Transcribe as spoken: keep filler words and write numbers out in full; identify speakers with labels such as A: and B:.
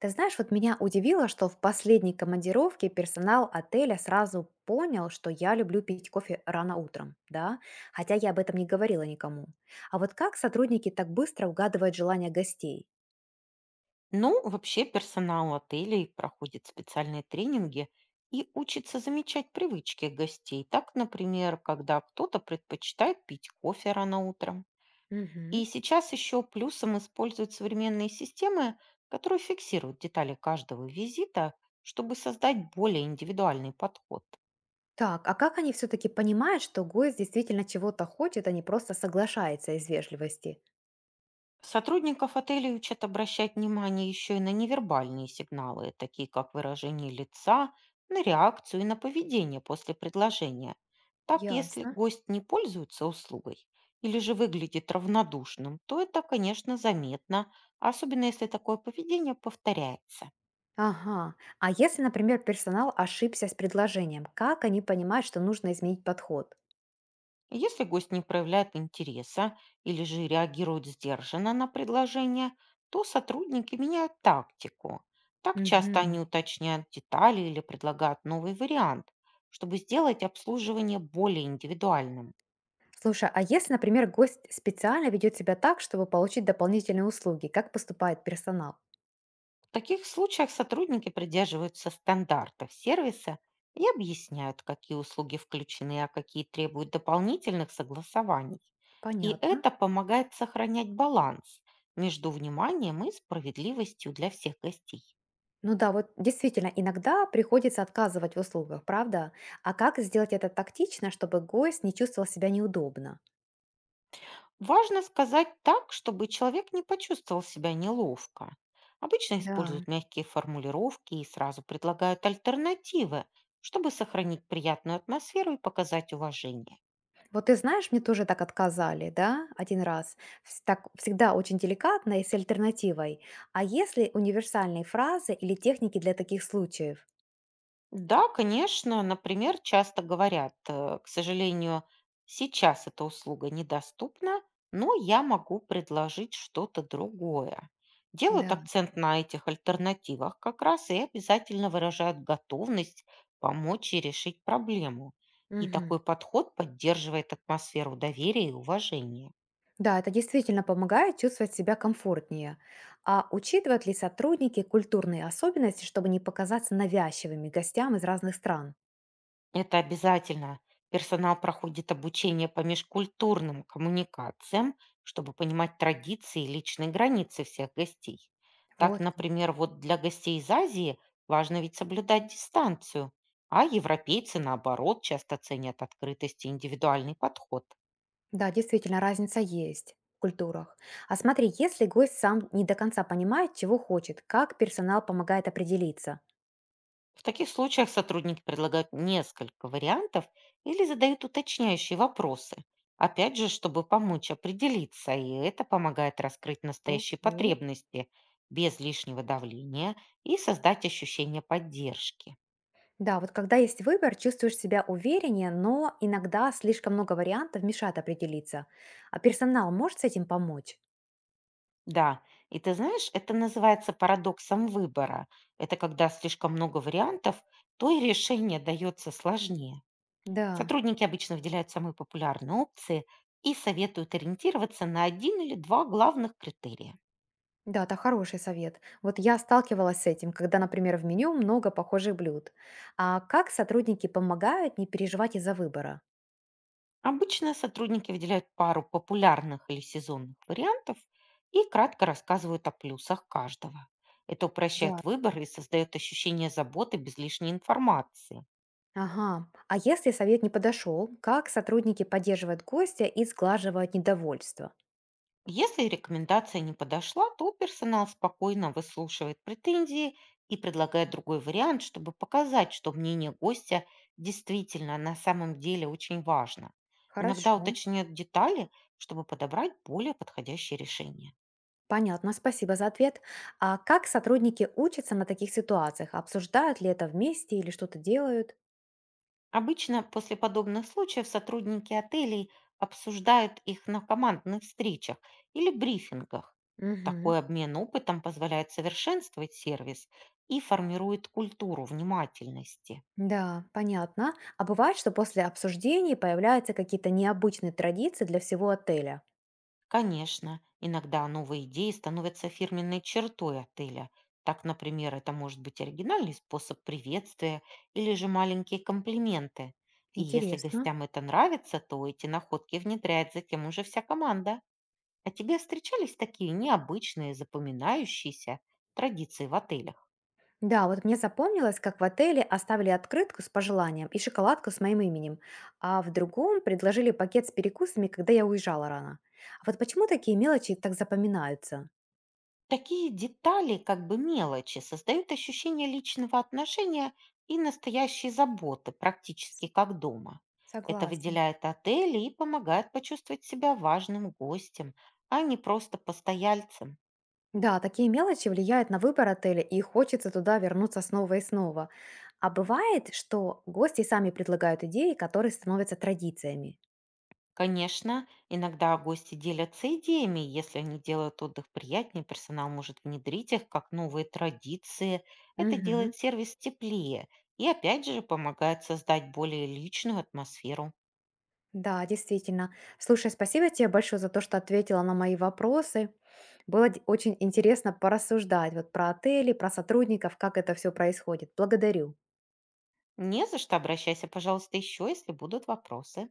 A: Ты знаешь, вот меня удивило, что в последней командировке персонал отеля сразу понял, что я люблю пить кофе рано утром, да, хотя я об этом не говорила никому. А вот как сотрудники так быстро угадывают желания гостей?
B: Ну, вообще персонал отелей проходит специальные тренинги и учится замечать привычки гостей. Так, например, когда кто-то предпочитает пить кофе рано утром.
A: Мгм.
B: И сейчас еще плюсом используют современные системы, которые фиксируют детали каждого визита, чтобы создать более индивидуальный подход.
A: Так, а как они все-таки понимают, что гость действительно чего-то хочет, а не просто соглашается из вежливости?
B: Сотрудников отелей учат обращать внимание еще и на невербальные сигналы, такие как выражение лица, на реакцию и на поведение после предложения. Так, если
A: Ясно.
B: гость не пользуется услугой или же выглядит равнодушным, то это, конечно, заметно, особенно если такое поведение повторяется.
A: Ага. А если, например, персонал ошибся с предложением, как они понимают, что нужно изменить подход?
B: Если гость не проявляет интереса или же реагирует сдержанно на предложение, то сотрудники меняют тактику. Так часто они
A: Мгм.
B: уточняют детали или предлагают новый вариант, чтобы сделать обслуживание более индивидуальным.
A: Слушай, а если, например, гость специально ведет себя так, чтобы получить дополнительные услуги, как поступает персонал?
B: В таких случаях сотрудники придерживаются стандартов сервиса и объясняют, какие услуги включены, а какие требуют дополнительных согласований. И
A: Понятно.
B: это помогает сохранять баланс между вниманием и справедливостью для всех гостей.
A: Ну да, вот действительно, иногда приходится отказывать в услугах, правда? А как сделать это тактично, чтобы гость не чувствовал себя неудобно?
B: Важно сказать так, чтобы человек не почувствовал себя неловко. Обычно
A: Да.
B: используют мягкие формулировки и сразу предлагают альтернативы, чтобы сохранить приятную атмосферу и показать уважение.
A: Вот ты знаешь, мне тоже так отказали, да, один раз. Вс- Так всегда очень деликатно и с альтернативой. А если универсальные фразы или техники для таких случаев?
B: Да, конечно. Например, часто говорят, э, к сожалению, сейчас эта услуга недоступна, но я могу предложить что-то другое. Делают
A: Да.
B: акцент на этих альтернативах как раз и обязательно выражают готовность помочь и решить проблему. И
A: Мгм.
B: такой подход поддерживает атмосферу доверия и уважения.
A: Да, это действительно помогает чувствовать себя комфортнее. А учитывают ли сотрудники культурные особенности, чтобы не показаться навязчивыми гостям из разных стран?
B: Это обязательно. Персонал проходит обучение по межкультурным коммуникациям, чтобы понимать традиции и личные границы всех гостей. Так,
A: Вот. Как.
B: например, вот для гостей из Азии важно ведь соблюдать дистанцию, а европейцы, наоборот, часто ценят открытость и индивидуальный подход.
A: Да, действительно, разница есть в культурах. А смотри, если гость сам не до конца понимает, чего хочет, как персонал помогает определиться?
B: В таких случаях сотрудники предлагают несколько вариантов или задают уточняющие вопросы. Опять же, чтобы помочь определиться, и это помогает раскрыть настоящие
A: Окей.
B: потребности без лишнего давления и создать ощущение поддержки.
A: Да, вот когда есть выбор, чувствуешь себя увереннее, но иногда слишком много вариантов мешает определиться. А персонал может с этим помочь?
B: Да, и ты знаешь, это называется парадоксом выбора. Это когда слишком много вариантов, то и решение дается сложнее.
A: Да.
B: Сотрудники обычно выделяют самые популярные опции и советуют ориентироваться на один или два главных критерия.
A: Да, это хороший совет. Вот я сталкивалась с этим, когда, например, в меню много похожих блюд. А как сотрудники помогают не переживать из-за выбора?
B: Обычно сотрудники выделяют пару популярных или сезонных вариантов и кратко рассказывают о плюсах каждого. Это
A: Я.
B: упрощает выбор и создает ощущение заботы без лишней информации.
A: Ага. А если совет не подошел, как сотрудники поддерживают гостя и сглаживают недовольство?
B: Если рекомендация не подошла, то персонал спокойно выслушивает претензии и предлагает другой вариант, чтобы показать, что мнение гостя действительно на самом деле очень важно. Иногда
A: Хорошо.
B: уточняют детали, чтобы подобрать более подходящее решение.
A: Понятно, спасибо за ответ. А как сотрудники учатся на таких ситуациях? Обсуждают ли это вместе или что-то делают?
B: Обычно после подобных случаев сотрудники отелей обсуждают их на командных встречах или брифингах.
A: Угу.
B: Такой обмен опытом позволяет совершенствовать сервис и формирует культуру внимательности.
A: Да, понятно. А бывает, что после обсуждений появляются какие-то необычные традиции для всего отеля?
B: Конечно, иногда новые идеи становятся фирменной чертой отеля. Так, например, это может быть оригинальный способ приветствия или же маленькие комплименты. И если
A: Интересно.
B: гостям это нравится, то эти находки внедряет затем уже вся команда. А тебе встречались такие необычные, запоминающиеся традиции в отелях?
A: Да, вот мне запомнилось, как в отеле оставили открытку с пожеланием и шоколадку с моим именем, а в другом предложили пакет с перекусами, когда я уезжала рано. А вот почему такие мелочи так запоминаются?
B: Такие детали, как бы мелочи, создают ощущение личного отношения и настоящей заботы,
A: С-
B: практически как дома. Это
A: Согласна.
B: выделяет отель и помогает почувствовать себя важным гостем, а не просто постояльцем.
A: Да, такие мелочи влияют на выбор отеля, и хочется туда вернуться снова и снова. А бывает, что гости сами предлагают идеи, которые становятся традициями.
B: Конечно, иногда гости делятся идеями, если они делают отдых приятнее, персонал может внедрить их как новые традиции. Это
A: Мгм.
B: делает сервис теплее и опять же помогает создать более личную атмосферу.
A: Да, действительно. Слушай, спасибо тебе большое за то, что ответила на мои вопросы. Было д- очень интересно порассуждать вот про отели, про сотрудников, как это все происходит. Благодарю.
B: Не за что, обращайся, пожалуйста, еще, если будут вопросы.